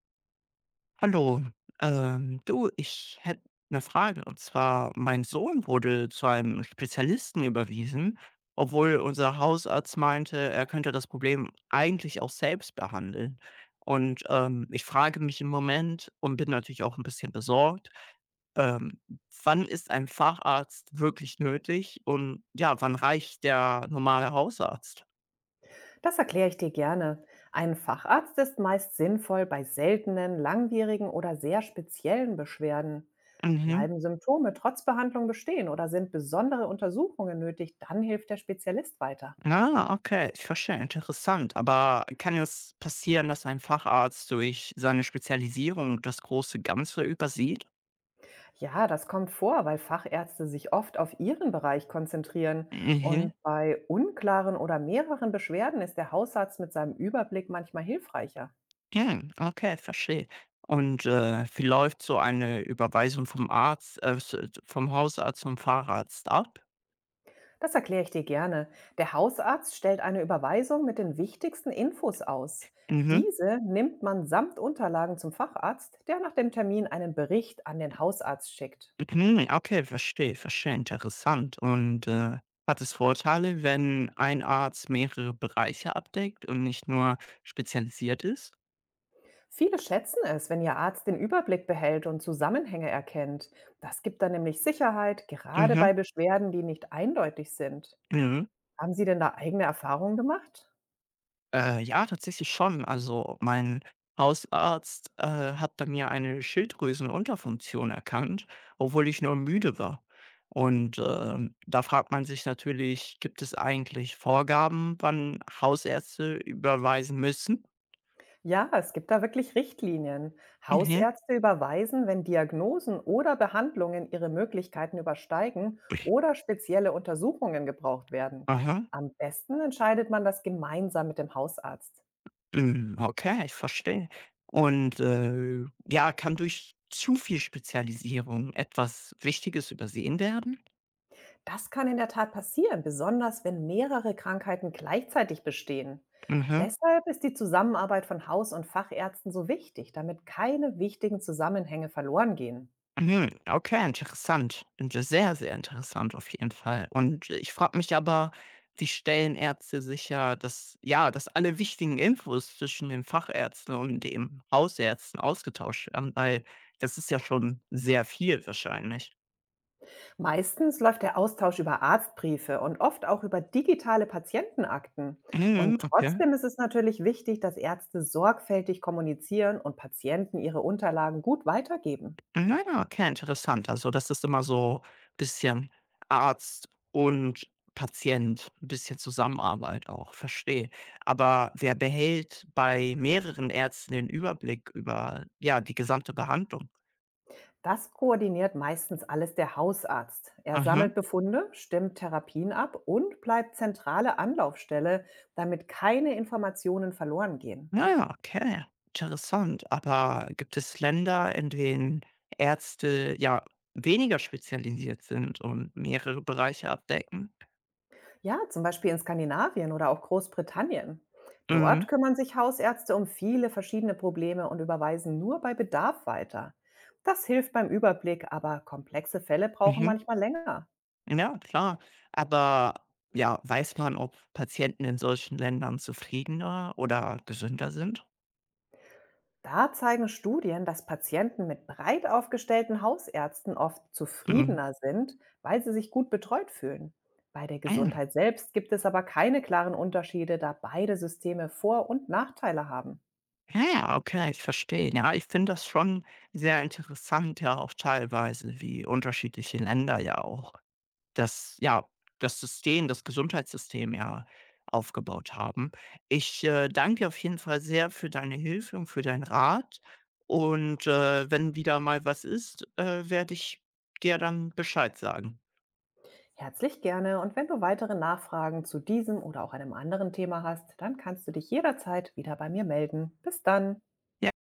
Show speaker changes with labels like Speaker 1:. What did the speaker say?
Speaker 1: Hallo, du, ich hätte eine Frage. Und zwar, mein Sohn wurde zu einem Spezialisten überwiesen, obwohl unser Hausarzt meinte, er könnte das Problem eigentlich auch selbst behandeln. Und ich frage mich im Moment und bin natürlich auch ein bisschen besorgt. ähm, Wann ist ein Facharzt wirklich nötig und ja, wann reicht der normale Hausarzt?
Speaker 2: Das erkläre ich dir gerne. Ein Facharzt ist meist sinnvoll bei seltenen, langwierigen oder sehr speziellen Beschwerden.
Speaker 1: Mhm.
Speaker 2: Bleiben Symptome trotz Behandlung bestehen oder sind besondere Untersuchungen nötig, dann hilft der Spezialist weiter.
Speaker 1: Ah, okay, ich verstehe, interessant. Aber kann es passieren, dass ein Facharzt durch seine Spezialisierung das große Ganze übersieht?
Speaker 2: Ja, das kommt vor, weil Fachärzte sich oft auf ihren Bereich konzentrieren. Und
Speaker 1: Mhm.
Speaker 2: bei unklaren oder mehreren Beschwerden ist der Hausarzt mit seinem Überblick manchmal hilfreicher.
Speaker 1: Ja, okay, verstehe. Und wie läuft so eine Überweisung vom Arzt, vom Hausarzt zum Facharzt ab?
Speaker 2: Das erkläre ich dir gerne. Der Hausarzt stellt eine Überweisung mit den wichtigsten Infos aus.
Speaker 1: Mhm.
Speaker 2: Diese nimmt man samt Unterlagen zum Facharzt, der nach dem Termin einen Bericht an den Hausarzt schickt.
Speaker 1: Mhm. Okay, verstehe, verstehe, interessant. Und hat es Vorteile, wenn ein Arzt mehrere Bereiche abdeckt und nicht nur spezialisiert ist?
Speaker 2: Viele schätzen es, wenn ihr Arzt den Überblick behält und Zusammenhänge erkennt. Das gibt dann nämlich Sicherheit, gerade
Speaker 1: Mhm.
Speaker 2: bei Beschwerden, die nicht eindeutig sind.
Speaker 1: Mhm.
Speaker 2: Haben Sie denn da eigene Erfahrungen gemacht?
Speaker 1: Ja, tatsächlich schon. Also, mein Hausarzt, hat bei mir eine Schilddrüsenunterfunktion erkannt, obwohl ich nur müde war. Und da fragt man sich natürlich, gibt es eigentlich Vorgaben, wann Hausärzte überweisen müssen?
Speaker 2: Ja, es gibt da wirklich Richtlinien.
Speaker 1: Mhm.
Speaker 2: Hausärzte überweisen, wenn Diagnosen oder Behandlungen ihre Möglichkeiten übersteigen oder spezielle Untersuchungen gebraucht werden.
Speaker 1: Aha.
Speaker 2: Am besten entscheidet man das gemeinsam mit dem Hausarzt.
Speaker 1: Hm, okay, ich verstehe. Und ja, kann durch zu viel Spezialisierung etwas Wichtiges übersehen werden?
Speaker 2: Das kann in der Tat passieren, besonders wenn mehrere Krankheiten gleichzeitig bestehen.
Speaker 1: Mhm.
Speaker 2: Deshalb ist die Zusammenarbeit von Haus- und Fachärzten so wichtig, damit keine wichtigen Zusammenhänge verloren gehen.
Speaker 1: Mhm, okay, interessant. Und sehr, sehr interessant auf jeden Fall. Und ich frage mich aber, wie stellen Ärzte sicher, dass, ja, dass alle wichtigen Infos zwischen den Fachärzten und dem Hausärzten ausgetauscht werden, weil das ist ja schon sehr viel wahrscheinlich.
Speaker 2: Meistens läuft der Austausch über Arztbriefe und oft auch über digitale Patientenakten.
Speaker 1: Mhm,
Speaker 2: Und
Speaker 1: okay.
Speaker 2: trotzdem ist es natürlich wichtig, dass Ärzte sorgfältig kommunizieren und Patienten ihre Unterlagen gut weitergeben.
Speaker 1: Ja, ja, okay, interessant. Also, das ist immer so ein bisschen Arzt und Patient, 'n bisschen Zusammenarbeit auch, verstehe. Aber wer behält bei mehreren Ärzten den Überblick über, ja, die gesamte Behandlung?
Speaker 2: Das koordiniert meistens alles der Hausarzt. Er
Speaker 1: Mhm.
Speaker 2: sammelt Befunde, stimmt Therapien ab und bleibt zentrale Anlaufstelle, damit keine Informationen verloren gehen.
Speaker 1: Ja, ja, okay, interessant. Aber gibt es Länder, in denen Ärzte, ja, weniger spezialisiert sind und mehrere Bereiche abdecken?
Speaker 2: Ja, zum Beispiel in Skandinavien oder auch Großbritannien.
Speaker 1: Mhm,
Speaker 2: Dort kümmern sich Hausärzte um viele verschiedene Probleme und überweisen nur bei Bedarf weiter. Das hilft beim Überblick, aber komplexe Fälle brauchen
Speaker 1: mhm.
Speaker 2: manchmal länger.
Speaker 1: Ja, klar. Aber ja, weiß man, ob Patienten in solchen Ländern zufriedener oder gesünder sind?
Speaker 2: Da zeigen Studien, dass Patienten mit breit aufgestellten Hausärzten oft
Speaker 1: Mhm.
Speaker 2: zufriedener sind, weil sie sich gut betreut fühlen. Bei der
Speaker 1: Ah,
Speaker 2: Gesundheit selbst gibt es aber keine klaren Unterschiede, da beide Systeme Vor- und Nachteile haben.
Speaker 1: ja, okay, ich verstehe. Ja, ich finde das schon sehr interessant, ja auch teilweise, wie unterschiedliche Länder ja auch das, ja, das System, das Gesundheitssystem ja aufgebaut haben. Ich danke dir auf jeden Fall sehr für deine Hilfe und für deinen Rat. Und wenn wieder mal was ist, werde ich dir dann Bescheid sagen.
Speaker 2: Herzlich gerne und wenn du weitere Nachfragen zu diesem oder auch einem anderen Thema hast, dann kannst du dich jederzeit wieder bei mir melden. Bis dann.
Speaker 1: Ja,